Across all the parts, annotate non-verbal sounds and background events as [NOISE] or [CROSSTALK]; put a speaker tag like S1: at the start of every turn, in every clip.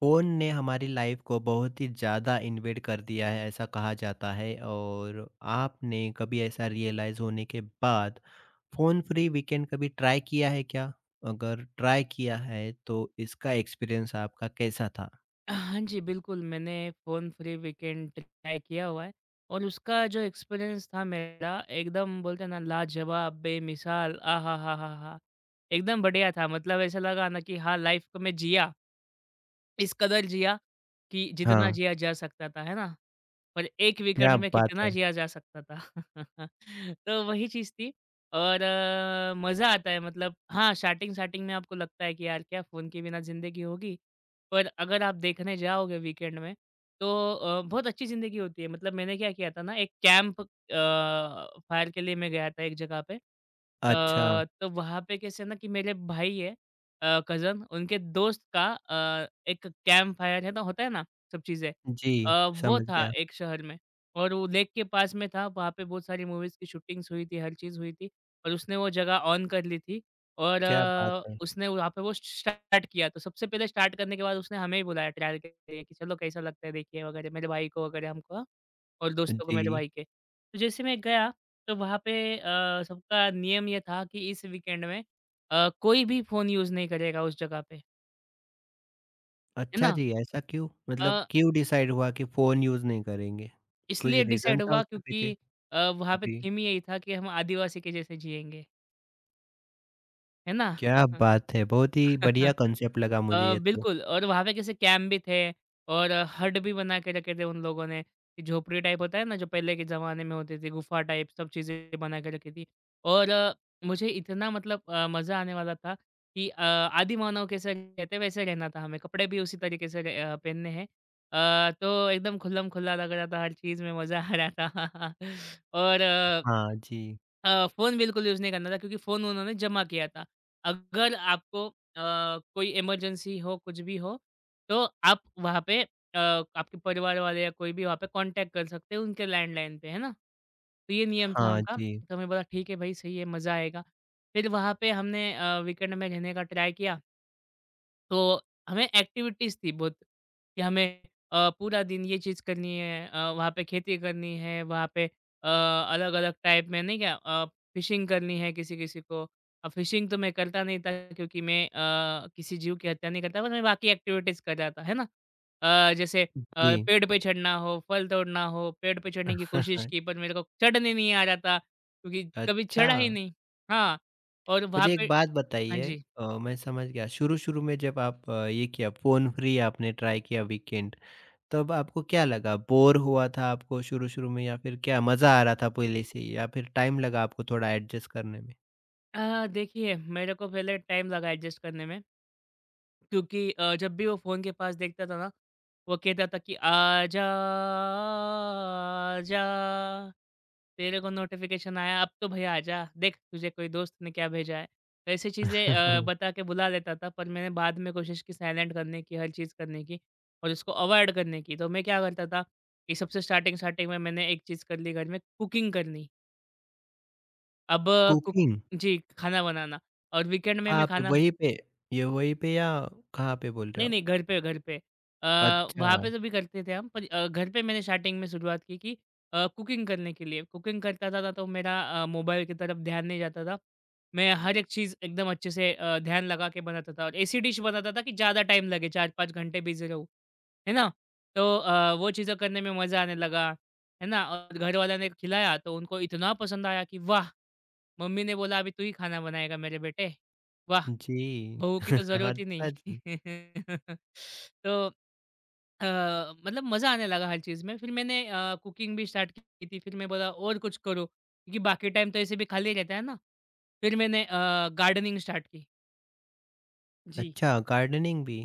S1: Phone ने हमारी life को बहुत ही ज़्यादा इन्वेड कर दिया है ऐसा कहा जाता है और आपने कभी ऐसा रियलाइज़ होने के बाद फ़ोन फ्री वीकेंड कभी ट्राई किया है क्या? अगर ट्राई किया है तो इसका एक्सपीरियंस आपका कैसा था?
S2: हाँ जी, बिल्कुल, मैंने फ़ोन फ्री वीकेंड ट्राई किया हुआ है। और उसका जो एक्सपीरियंस था मेरा, एकदम बोलते हैं ना, लाजवाब, बेमिसाल, आहाहाहा! एकदम बढ़िया था। मतलब ऐसा लगा ना कि हाँ, लाइफ़ को मैं जिया, इस कदर जिया कि जितना
S1: हाँ।
S2: जिया जा सकता था, है ना? और एक
S1: क्या
S2: वीकेंड में
S1: बात
S2: कितना
S1: है!
S2: जिया जा सकता था। [LAUGHS] तो वही चीज़ थी। और मज़ा आता है। मतलब हाँ, स्टार्टिंग-स्टार्टिंग में आपको लगता है कि यार, क्या फ़ोन के बिना ज़िंदगी होगी? पर अगर आप देखने जाओगे वीकेंड में, तो बहुत अच्छी ज़िंदगी होती है। मतलब मैंने क्या किया था ना, एक कैंप फायर के लिए मैं गया था एक जगह पे।
S1: अच्छा।
S2: तो वहाँ पे कैसे ना कि मेरे भाई है कज़न, उनके दोस्त का एक कैंप फायर है ना, होता है ना? सब चीज़ें।
S1: जी।
S2: वो
S1: समझ
S2: था
S1: गया।
S2: एक शहर में। और वो लेक के पास में था, वहाँ पे बहुत सारी मूवीज़ की शूटिंग्स हुई थी, हर चीज़ हुई थी। और उसने वो जगह ऑन कर ली थी। और
S1: क्या बात है!
S2: उसने वहाँ पे वो स्टार्ट किया। तो सबसे पहले स्टार्ट करने के बाद उसने हमें ही बुलाया ट्रायल के लिए कि चलो कैसा लगता है देखिए वगैरह, मेरे भाई को वगैरह हमको, हाँ, और दोस्तों को मेरे
S1: जी।
S2: भाई के। तो जैसे मैं गया, तो वहाँ पे सबका नियम ये था कि इस वीकेंड में कोई भी फ़ोन यूज़ नहीं करेगा उस जगह पे, है
S1: अच्छा
S2: ना?
S1: जी, ऐसा क्यों?
S2: अ
S1: मतलब क्यों डिसाइड हुआ कि फ़ोन यूज़ नहीं करेंगे? कुछ
S2: इसलिए
S1: रीज़न
S2: डिसाइड
S1: था
S2: हुआ
S1: उसके पीछे?
S2: क्योंकि वहाँ पे
S1: जी।
S2: थीम ही यही था कि हम आदिवासी के जैसे जिएँगे, है ना?
S1: क्या बात है! बहुत ही बढ़िया
S2: [LAUGHS]
S1: कॉन्सेप्ट लगा मुझे ये तो।
S2: बिल्कुल। और वहाँ पे कैसे कैम्प भी थे, और हट भी बना के रखे थे उन लोगों ने, कि झोपड़ी टाइप होता है ना जो पहले के ज़माने में होती थी, गुफा टाइप सब चीज़ें बना के रखी थी। और मुझे इतना मतलब मज़ा आने वाला था कि आदिमानव कैसे रहते वैसे रहना था हमें, कपड़े भी उसी तरीके से पहनने हैं। तो एकदम खुल्लम-खुल्ला लग रहा था, हर चीज़ में मज़ा आ रहा था। [LAUGHS] और
S1: हाँ जी,
S2: फ़ोन बिल्कुल यूज़ नहीं करना था क्योंकि फ़ोन उन्होंने जमा किया था। अगर आपको कोई इमरजेंसी हो, कुछ भी हो, तो आप वहाँ पे आपके परिवार वाले या कोई भी वहाँ पे कॉन्टैक्ट कर सकते हैं उनके लैंडलाइन पे, है ना? तो ये नियम था
S1: हाँ
S2: उनका।
S1: जी,
S2: तो मैं बोला, "ठीक है भाई, सही है, मज़ा आएगा।" फिर वहाँ पे हमने वीकेंड में रहने का ट्राई किया। तो हमें एक्टिविटीज़ थी बहुत, कि हमें पूरा दिन ये चीज़ करनी है, वहाँ पे खेती करनी है, वहाँ पे अलग-अलग टाइप में, नहीं क्या, फिशिंग करनी है किसी-किसी को। अब फिशिंग तो मैं करता नहीं था क्योंकि मैं किसी जीव की हत्या नहीं करता, पर मैं बाकी एक्टिविटीज़ कर रहा था, है ना? जैसे
S1: जी।
S2: पेड़ पे चढ़ना हो, फल तोड़ना हो। पेड़ पे चढ़ने की कोशिश
S1: [LAUGHS]
S2: की पर मेरे को चढ़ने नहीं आ रहा था क्योंकि कभी
S1: अच्छा।
S2: चढ़ा ही नहीं। हाँ, और वहाँ
S1: मुझे
S2: पे,
S1: एक बात
S2: हाँ
S1: बताइए।
S2: जी।
S1: मैं समझ गया शुरू-शुरू में जब आप ये किया फ़ोन फ्री आपने ट्राई किया वीकेंड, तब आपको क्या लगा? बोर हुआ था आपको शुरू-शुरू में या फिर क्या मज़ा आ रहा था पहले से ही या फिर टाइम लगा आपको थोड़ा एडजस्ट करने में?
S2: देखिए मेरे को पहले टाइम लगा एडजस्ट करने में, क्योंकि जब भी वो फ़ोन के पास देखता था ना, वो कहता था कि आजा, आजा, तेरे को नोटिफ़िकेशन आया अब तो भैया आजा, देख तुझे कोई दोस्त ने क्या भेजा है। तो ऐसी चीज़ें
S1: [LAUGHS]
S2: बता के बुला लेता था, पर मैंने बाद में कोशिश की साइलेंट करने की, हर चीज़ करने की, और उसको अवॉइड करने की। तो मैं क्या करता था कि सबसे स्टार्टिंग स्टार्टिंग में मैंने एक चीज़ कर ली, घर में कुकिंग करनी। अब कुक
S1: कुकिंग?
S2: जी, खाना बनाना, और वीकेंड में मैं
S1: कहाँ पे?
S2: खाना,
S1: वहीं पे? ये वहीं पे या कहाँ पे बोल रहे
S2: नहीं,
S1: हो आप?
S2: नहीं, घर पे, घर पे। अ,
S1: अच्छा।
S2: वहाँ पे तो भी करते थे हम, पर घर पे मैंने स्टार्टिंग में शुरुआत की कि कुकिंग करने के लिए। कुकिंग करता था तो मेरा मोबाइल की तरफ ध्यान नहीं जाता था। मैं हर एक चीज़ एकदम अच्छे से ध्यान लगा के बनाता था, और ऐसी डिश बनाता था कि ज़्यादा टाइम लगे, 4-5 घंटे बिज़ी रहूँ, है ना? तो वो चीज़ें करने में मज़ा आने लगा, है ना? और घरवालों ने खिलाया तो उनको इतना पसंद आया कि वाह! मम्मी ने बोला, "अभी तू ही खाना बनाएगा मेरे बेटे। वाह!
S1: जी।
S2: बहू की तो ज़रूरत
S1: [LAUGHS]
S2: ही नहीं।"
S1: अच्छा जी।
S2: [LAUGHS] तो अ, मतलब मज़ा आने लगा हर चीज़ में। फिर मैंने कुकिंग भी स्टार्ट की थी। फिर मैं बोला और कुछ करो, क्योंकि बाकी टाइम तो ऐसे भी खाली रहता है ना। फिर मैंने गार्डनिंग स्टार्ट की। जी।
S1: अच्छा गार्डनिंग भी?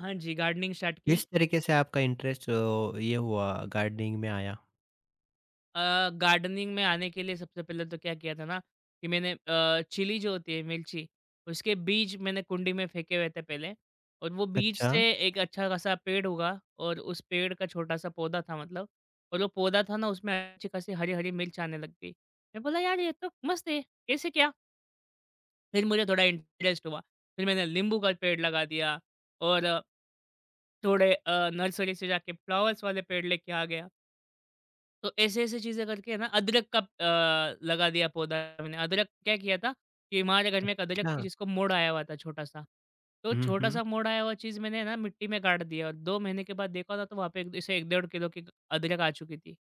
S2: हाँ जी, गार्डनिंग स्टार्ट की।
S1: किस तरीके से आपका इंटरेस्ट ये हुआ गार्डनिंग में आया?
S2: गार्डनिंग में आने के लिए सबसे पहले तो क्या किया था ना, कि मैंने चिली जो होती है, मिर्ची, उसके बीज मैंने कुंडी में फेंके हुए थे पहले, और वो बीज
S1: अच्छा।
S2: से एक अच्छा खासा पेड़ उगा, और उस पेड़ का छोटा सा पौधा था, मतलब, और वो पौधा था ना, उसमें अच्छी खासी हरी हरी मिर्च आने लग गई। मैं बोला यार, ये तो मस्त है, कैसे क्या। फिर मुझे थोड़ा इंटरेस्ट हुआ। फिर मैंने नींबू का पेड़ लगा दिया, और थोड़े नर्सरी से जाके फ्लावर्स वाले पेड़ लेके आ गया। तो ऐसे-ऐसे चीज़ें करके, है ना, अदरक का लगा दिया पौधा मैंने। अदरक क्या किया था कि हमारे घर में एक अदरक
S1: अच्छा।
S2: थी जिसको मोड़ आया हुआ था छोटा-सा। तो
S1: हुँ, हुँ।
S2: छोटा-सा मोड़ आया हुआ चीज़ मैंने ना मिट्टी में गाड़ दिया, और 2 महीने के बाद देखा ना तो वहाँ पे इसे 1 डेढ़ किलो की अदरक आ चुकी थी।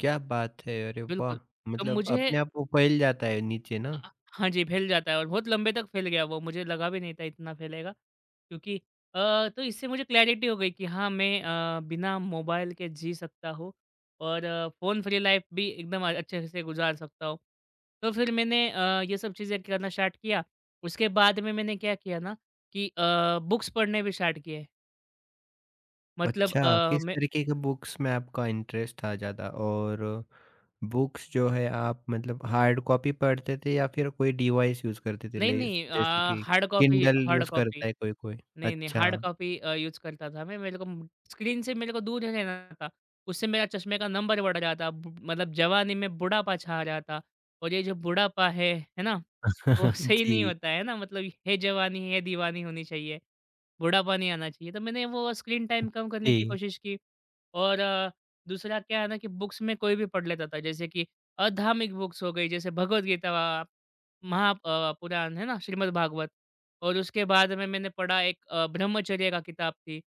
S1: क्या बात है! अरे
S2: बिल्कुल,
S1: वाह!
S2: तो
S1: मतलब
S2: मुझे
S1: अपने आप वो फैल जाता है नीचे ना?
S2: हाँ जी, फैल जाता है, और बहुत लंबे तक फैल गया वो, मुझे लगा भी नहीं था इतना फैलेगा। क्योंकि तो इससे मुझे क्लैरिटी हो गई कि हाँ, मैं बिना मोबाइल के जी सकता हूँ, और फ़ोन फ्री लाइफ़ भी एकदम अच्छे से गुज़ार सकता हूँ। तो फिर मैंने ये सब चीज़ें करना स्टार्ट किया। उसके बाद में मैंने क्या किया ना कि बुक्स पढ़ने भी स्टार्ट किए। मतलब
S1: अच्छा, किस
S2: मैं,
S1: तरीके के बुक्स में आपका इंटरेस्ट था ज़्यादा? और बुक्स जो है आप मतलब हार्ड कॉपी पढ़ते थे या फिर कोई डिवाइस यूज़ करते थे
S2: नहीं,
S1: ले
S2: नहीं,
S1: जैसे कि
S2: hard copy,
S1: Kindle
S2: hard
S1: use
S2: copy.
S1: करता है कोई-कोई?
S2: नहीं, नहीं, हार्ड
S1: अच्छा।
S2: कॉपी यूज़ करता था मैं। मेरे को, स्क्रीन से मेरे को दूर रहना था। उससे मेरा चश्मे का नंबर बढ़ रहा था। ब मतलब जवानी में बुढ़ापा छा रहा था, और ये जो बुढ़ापा है ना? तो [LAUGHS]
S1: [LAUGHS]
S2: सही नहीं
S1: जी।
S2: होता है ना? मतलब है, जवानी है दीवानी होनी चाहिए, बुढ़ापा नहीं आना चाहिए। तो मैंने वो स्क्रीन टाइम कम करने की
S1: जी।
S2: कोशिश की। और दूसरा क्या है ना कि बुक्स में कोई भी पढ़ लेता था। जैसे कि अधार्मिक बुक्स हो गई, जैसे भगवद गीता, अ, महा पुराण है ना, श्रीमद् भागवत। और उसके बाद में मैंने पढ़ा एक ब्रह्मचर्य का किताब थी,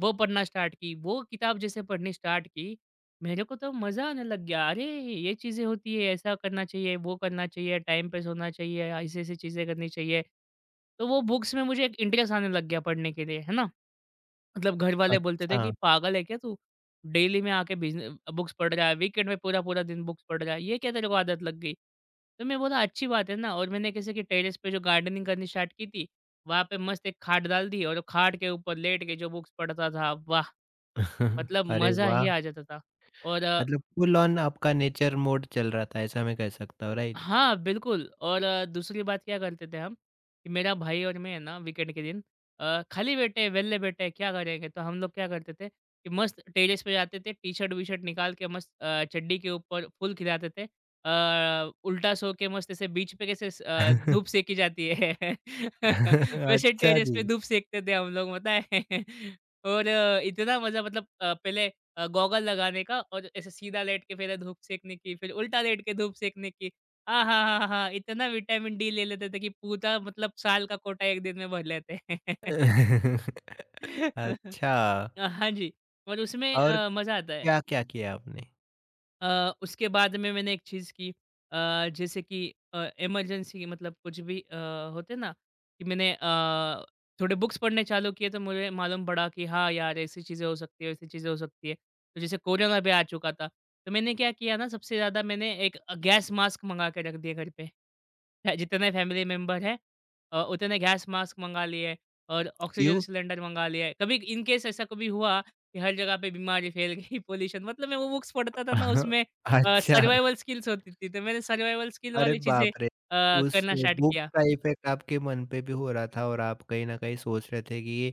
S2: वो पढ़ना स्टार्ट की। वो किताब जैसे पढ़नी स्टार्ट की, मेरे को तो मज़ा आने लग गया। अरे! ये चीज़ें होती है, ऐसा करना चाहिए, वो करना चाहिए, टाइम पे सोना चाहिए, ऐसी-ऐसी चीज़ें करनी चाहिए। तो वो बुक्स में मुझे एक इंटरेस्ट आने लग गया पढ़ने के लिए, है ना? मतलब घरवाले बोलते थे
S1: अच्छा।
S2: कि पागल है क्या तू? डेली में आके बिज़न बुक्स पढ़ रहा है, वीकेंड में पूरा-पूरा दिन बुक्स पढ़ रहा है, ये क्या तेरे को आदत लग गई? तो मैं बोला अच्छी बात है ना, और मैंने कैसे कि टेरेस पे जो गार्डनिंग करनी स्टार्ट की थी, वहाँ पे मस्त एक खाट डाल दी, और वो खाट के ऊपर लेट के जो बुक्स पढ़ता था, वाह!
S1: [LAUGHS]
S2: मतलब
S1: अरे
S2: मज़ा
S1: वाह!
S2: ही आ जाता था। और
S1: मतलब फुल ऑन आपका नेचर मोड चल रहा था, ऐसा मैं कह सकता हूँ, राइट?
S2: हाँ, बिल्कुल, और दूसरी बात क्या करते थे हम, कि मेरा भाई और मैं है ना, वीकेंड के दिन खाली बैठे हैं, वेले बैठे हैं, क्या करेंगे? तो हम लोग क्या करते थे कि मस्त टेरेस पे जाते थे, टी-शर्ट वी-शर्ट निकाल के मस्त चड्डी के ऊपर फूल खिलाते थे। उल्टा सो के मस्त ऐसे बीच पे कैसे धूप
S1: [LAUGHS]
S2: सेंकी जाती है। [LAUGHS] वैसे
S1: अच्छा
S2: टेरेस पे
S1: जी।
S2: धूप सेंकते थे हम लोग पता है। [LAUGHS] और इतना मज़ा मतलब पहले गॉगल लगाने का और ऐसे सीधा लेट के पहले धूप सेंकने की, फिर उल्टा लेट के धूप सेंकने की। हाँ, हाँ, हाँ, हाँ। हाँ, इतना विटामिन डी ले लेते थे कि पूरा मतलब साल का कोटा एक दिन में भर लेते हैं।
S1: [LAUGHS]
S2: [LAUGHS]
S1: अच्छा,
S2: हाँ जी। और उसमें
S1: और
S2: मज़ा आता है।
S1: क्या-क्या किया आपने?
S2: उसके बाद में मैंने एक चीज़ की। जैसे कि इमरजेंसी मतलब कुछ भी होते ना कि मैंने थोड़े बुक्स पढ़ने चालू किए तो मुझे मालूम पड़ा कि हाँ यार ऐसी चीज़ें हो सकती है वैसी चीज़ें हो सकती है। तो जैसे कोरोना भी आ चुका था, तो मैंने क्या किया ना सबसे ज़्यादा मैंने एक गैस मास्क मंगा के रख दिया घर पे। है, जितने फैमिली मेंबर हैं उतने गैस मास्क मंगा लिए और ऑक्सीजन
S1: क्यों?
S2: सिलेंडर मंगा लिया है कभी इन केस ऐसा कभी हुआ कि हर जगह पे बीमारी फैल गई। [LAUGHS] पोल्यूशन मतलब मैं वो बुक्स पढ़ता था ना
S1: [LAUGHS]
S2: उसमें
S1: अच्छा,
S2: सर्वाइवल स्किल्स होती थी, तो मैंने सर्वाइवल स्किल
S1: अरे
S2: वाली चीज़ें
S1: बाप रे! उस
S2: करना स्टार्ट
S1: बुक्स
S2: किया।
S1: का इफ़ेक्ट आपके मन पे भी हो रहा था और आप कहीं न कहीं सोच रहे थे कि ये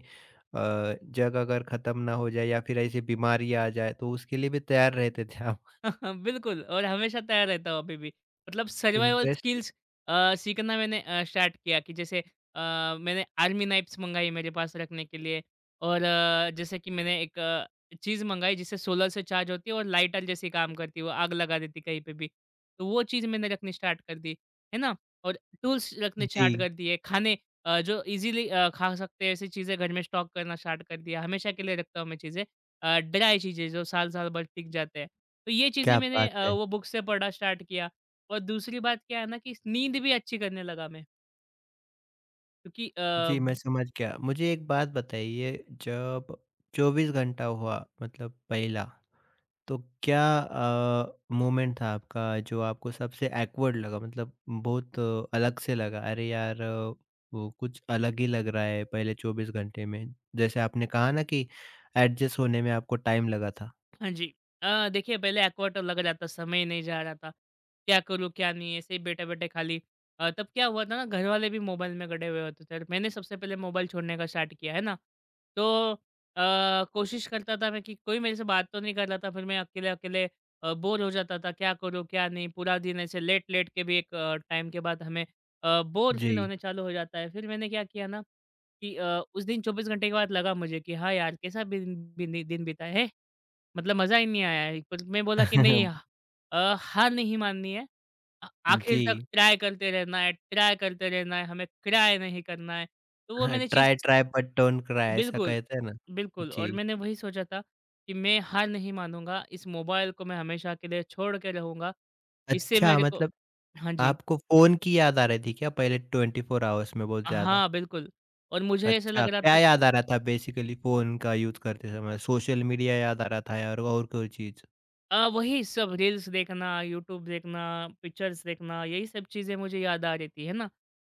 S1: जग अगर खत्म ना हो जाए या फिर ऐसी बीमारी आ जाए, तो उसके लिए भी तैयार रहते थे आप।
S2: [LAUGHS] बिल्कुल और हमेशा तैयार रहता हूँ अभी भी। मतलब
S1: [LAUGHS]
S2: सर्वाइवल
S1: इंटरेस्टिंग।
S2: स्किल्स सीखना मैंने स्टार्ट किया कि जैसे मैंने आर्मी नाइफ्स मँगाई मेरे पास रखने के लिए और जैसे कि मैंने एक चीज़ मँगाई जिससे सोलर से चार्ज होती है और लाइटर जैसी काम करती है, वो आग लगा देती कहीं पे भी। तो वो चीज़ मैंने रखनी स्टार्ट कर दी, है ना? और टूल्स रखने
S1: जी।
S2: स्टार्ट कर दिए, खाने जो इज़िली खा सकते हैं ऐसी चीज़ें घर में स्टॉक करना स्टार्ट कर दिया। हमेशा के लिए रखता हूँ मैं चीज़ें। ड्राई चीज़ें जो साल-साल भर टिक जाते हैं। तो ये चीज़ें
S1: क्या
S2: मैंने
S1: बात
S2: अ,
S1: है!
S2: वो बुक से पढ़ना स्टार्ट किया। और दूसरी बात क्या है ना कि स नींद भी अच्छी करने लगा मैं, क्योंकि
S1: जी, मैं समझ गया। मुझे एक बात बताइए, जब 24 घंटा हुआ मतलब पहला, तो क्या मोमेंट था आपका जो आपको सबसे awkward लगा? मतलब बहुत अलग से लगा, अरे यार, वो कुछ अलग ही लग रहा है पहले 24 घंटे में। जैसे आपने कहा ना कि एडजस्ट होने में आपको टाइम लगा था।
S2: हाँ जी। देखिए पहले एक्वाटो लग रहा था, समय नहीं जा रहा था। क्या करूँ, क्या नहीं ऐसे ही बैठे-बैठे खाली। तब क्या हुआ था ना घरवाले भी मोबाइल में गड़े हुए होते थे और मैंने सबसे पहले मोबाइल छोड़ने का स्टार्ट किया, है ना? तो कोशिश करता था मैं कि कोई मेरे से बात तो नहीं कर रहा था, फिर मैं अकेले-अकेले बोर हो जाता था, क्या करूँ, क्या नहीं? पूरा दिन ऐसे लेट-लेट के भी एक टाइम के बाद हमें बोर
S1: जी।
S2: फ़ील होने चालू हो जाता है। फिर मैंने क्या किया ना कि उस दिन 24 घंटे के बाद लगा मुझे कि हाँ यार, कैसा बिन बिन दिन बीता है। मतलब मज़ा ही नहीं आया है। पर मैं बोला कि नहीं
S1: [LAUGHS]
S2: अ, हार नहीं माननी है। आखिर तक
S1: जी,
S2: ट्राई करते रहना है, ट्राई करते रहना है, हमें क्राय नहीं करना है। तो वो मैंने चीज़
S1: try try but don't cry ऐसा
S2: बिल्कुल,
S1: कहते हैं ना?
S2: बिल्कुल और
S1: जी।
S2: मैंने वही सोचा था कि मैं हार नहीं मानूँगा, इस मोबाइल को मैं हमेशा के लिए छोड़ के रहूँगा। इससे
S1: अच्छा
S2: मेरे को
S1: मतलब
S2: हाँ जी।
S1: आपको फ़ोन की याद आ रही थी क्या पहले 24 आवर्स में बहुत ज़्यादा?
S2: हाँ, बिल्कुल और मुझे ऐसा
S1: अच्छा,
S2: लग रहा
S1: क्या
S2: था कि
S1: याद आ रहा था बेसिकली फ़ोन का यूज़ करते समय? सोशल मीडिया याद आ रहा था या और कोई चीज़?
S2: वही सब रील्स देखना, यूट्यूब देखना, पिक्चर्स देखना, यही सब चीज़ें मुझे याद आ रहती है ना।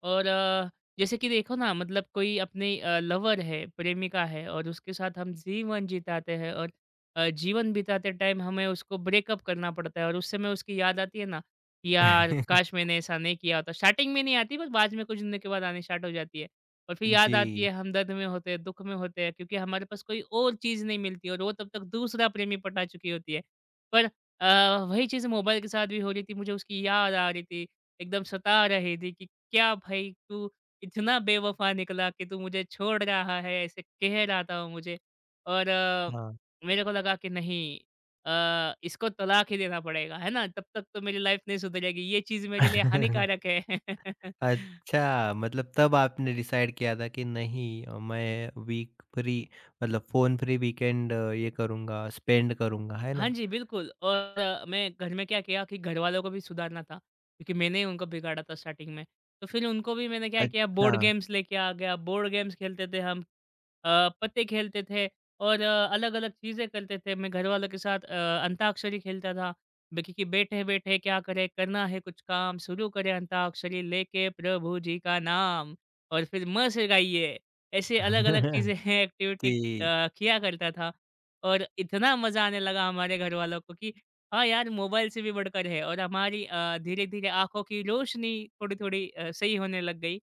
S2: और जैसे कि देखो ना मतलब कोई अपनी लवर है, प्रेमिका है और उसके साथ हम जीवन जिताते हैं और जीवन बिताते टाइम हमें उसको ब्रेकअप करना पड़ता है और उस समय उसकी याद आती है ना, कि यार काश
S1: [LAUGHS]
S2: मैंने ऐसा नहीं किया होता। स्टार्टिंग में नहीं आती बट बाद में कुछ दिनों के बाद आनी स्टार्ट हो जाती है। और फिर याद आती
S1: जी।
S2: है हम दर्द में होते हैं, दुःख में होते हैं क्योंकि हमारे पास कोई और चीज़ नहीं मिलती और वो तब तक दूसरा प्रेमी पटा चुकी होती है। पर वही चीज़ मोबाइल के साथ भी हो रही थी, मुझे उसकी याद आ रही थी। एकदम सता रही थी कि क्या भई तू इतना बेवफ़ा निकला कि तू मुझे छोड़ रहा है, ऐसे कह रहा था वो मुझे। और
S1: हाँ।
S2: मेरे को लगा कि नहीं, इसको तलाक ही देना पड़ेगा, है ना? तब तक तो मेरी लाइफ़ नहीं सुधरेगी, ये चीज़ मेरे लिए
S1: [LAUGHS]
S2: हानिकारक है। [LAUGHS]
S1: अच्छा, मतलब तब आपने डिसाइड किया था कि नहीं, मैं वीक फ्री मतलब फ़ोन फ्री वीकेंड ये करूँगा, स्पेंड करूँगा, है
S2: हाँ
S1: ना?
S2: जी, बिल्कुल। और मैं घर में क्या किया कि घरवालों को भी सुधारना था, क्योंकि मैंने ही उनको बिगाड़ा था स्टार्टिंग में। तो फिर उनको भी मैंने क्या किया
S1: अच्छा।
S2: बोर्ड गेम्स लेके आ गया, बोर्ड गेम्स खेलते थे हम। पत्ते खेलते थे और अलग-अलग चीज़ें करते थे। मैं घरवालों के साथ अंताक्षरी खेलता था। बाकी कि बैठे-बैठे क्या करें, करना है कुछ काम, शुरू करें अंताक्षरी लेके प्रभु जी का नाम और फिर म से गाइए। ऐसे अलग-अलग चीज़ें
S1: [LAUGHS]
S2: हैं
S1: जी,
S2: एक्टिविटी किया करता था। और इतना मज़ा आने लगा हमारे घरवालों को कि हाँ यार, मोबाइल से भी बढ़कर है और हमारी धीरे-धीरे आँखों की रोशनी थोड़ी-थोड़ी सही होने लग गई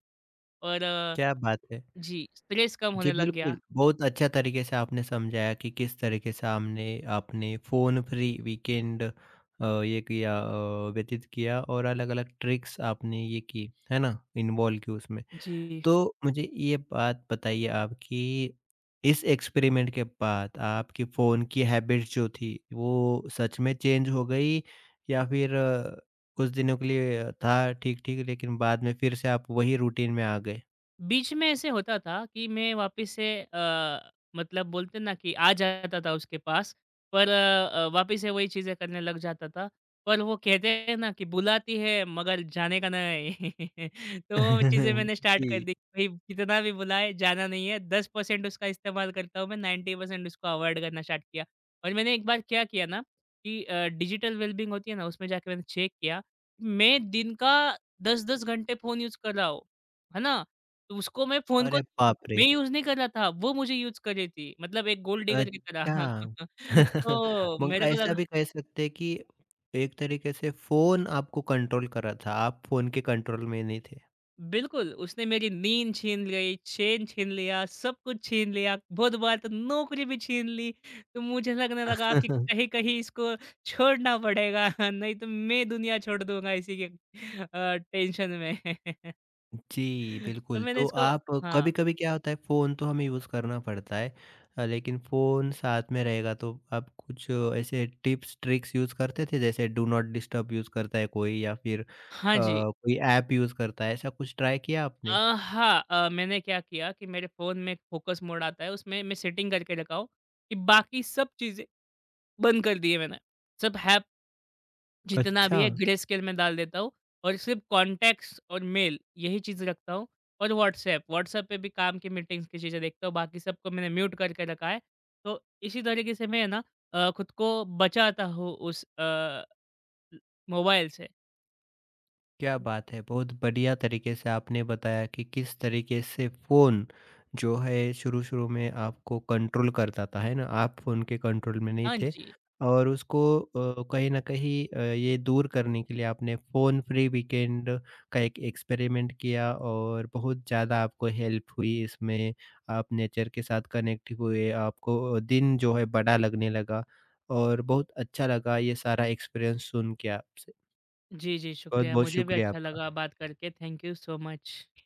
S2: और
S1: क्या बात है।
S2: जी, स्ट्रेस कम
S1: जी,
S2: होने लग गया।
S1: बिल्कुल। बहुत अच्छा तरीके से आपने समझाया कि किस तरीके से हमने आपने फ़ोन फ्री वीकेंड व्यतीत किया और अलग-अलग ट्रिक्स आपने ये की, है ना? इन्वॉल्व की उसमें।
S2: जी।
S1: तो मुझे ये बात बताइए आप कि इस एक्सपेरिमेंट के बाद आपकी फ़ोन की हैबिट्स जो थी, वो सच में चेंज हो गई या फिर कुछ दिनों के लिए था ठीक-ठीक, लेकिन बाद में फिर से आप वही रूटीन में आ गए?
S2: बीच में ऐसे होता था कि मैं वापस से मतलब बोलते ना कि आ जाता था उसके पास, पर वापस से वही चीज़ें करने लग जाता था। पर वो कहते हैं ना कि बुलाती है मगर जाने का नहीं। [LAUGHS] तो वो चीज़ें
S1: [LAUGHS]
S2: मैंने स्टार्ट कर
S1: जी।
S2: दी कि भाई कितना भी बुलाए जाना नहीं है। 10% उसका इस्तेमाल करता हूँ मैं, 90% उसको अवॉइड करना स्टार्ट किया। और मैंने एक बार क्या किया ना कि डिजिटल वेलबींग होती है ना उसमें जाके मैंने चेक किया। मैं दिन का 10-10 घंटे फ़ोन यूज़ कर रहा हूँ। है ना? तो उसको मैं फ़ोन को
S1: अरे बाप
S2: मैं
S1: रे!
S2: यूज़ नहीं कर रहा था, वो मुझे यूज़ कर रही थी, मतलब एक गोल्ड डिगर की
S1: अच्छा।
S2: तरह। [LAUGHS]
S1: [LAUGHS]
S2: तो
S1: मग
S2: मेरे को
S1: ऐसा
S2: लगा
S1: भी कह सकते हैं कि एक तरीके से फ़ोन आपको कंट्रोल कर रहा था, आप फ़ोन के कंट्रोल में नहीं थे।
S2: बिल्कुल, उसने मेरी नींद छीन ली, चैन छीन लिया, सब कुछ छीन लिया, बहुत बार तो नौकरी भी छीन ली। तो मुझे लगने लगा कि
S1: [LAUGHS]
S2: कहीं-कहीं इसको छोड़ना पड़ेगा, [LAUGHS] नहीं तो मैं दुनिया छोड़ दूँगा इसी के टेंशन में। [LAUGHS]
S1: जी,
S2: तो
S1: बिल्कुल,
S2: मैंने
S1: तो
S2: इसको
S1: आप,
S2: हाँ।
S1: कभी-कभी क्या होता है फ़ोन तो हमें यूज़ करना पड़ता है, लेकिन फ़ोन साथ में रहेगा तो आप कुछ ऐसे टिप्स, ट्रिक्स यूज़ करते थे? जैसे डू नॉट डिस्टर्ब यूज़ करता है कोई या फिर
S2: हाँ जी।
S1: कोई ऐप यूज़ करता है, ऐसा कुछ ट्राई किया आपने?
S2: हाँ, मैंने क्या किया कि मेरे फ़ोन में एक फ़ोकस मोड आता है, उसमें मैं सेटिंग करके रखा हूँ कि बाकी सब चीज़ें बंद कर दी है मैंने। सब ऐप जितना भी
S1: अच्छा।
S2: है ग्रे स्केल में डाल देता हूँ और सिर्फ़ कॉन्टैक्ट्स और मेल यही चीज़ रखता हूँ और व्हाट्सएप, व्हाट्सएप पे भी काम की मीटिंग्स की चीज़ें देखता हूँ, बाकी सबको मैंने म्यूट करके रखा है। तो इसी तरीके से मैं है ना खुद को बचाता हूँ उस मोबाइल से।
S1: क्या बात है! बहुत बढ़िया तरीके से आपने बताया कि किस तरीके से फ़ोन जो है शुरू-शुरू में आपको कंट्रोल करता था, है ना? आप फ़ोन के कंट्रोल में नहीं
S2: हाँ
S1: थे
S2: जी।
S1: और उसको कहीं न कहीं ये दूर करने के लिए आपने फ़ोन फ्री वीकेंड का एक एक्सपेरिमेंट किया और बहुत ज़्यादा आपको हेल्प हुई इसमें। आप नेचर के साथ कनेक्ट हुए, आपको दिन जो है बड़ा लगने लगा और बहुत अच्छा लगा ये सारा एक्सपीरियंस सुन के आपसे।
S2: जी, जी, शुक्रिया।
S1: बहुत-बहुत
S2: मुझे भी
S1: शुक्रिया
S2: अच्छा
S1: आपका।
S2: लगा बात करके। Thank you so much.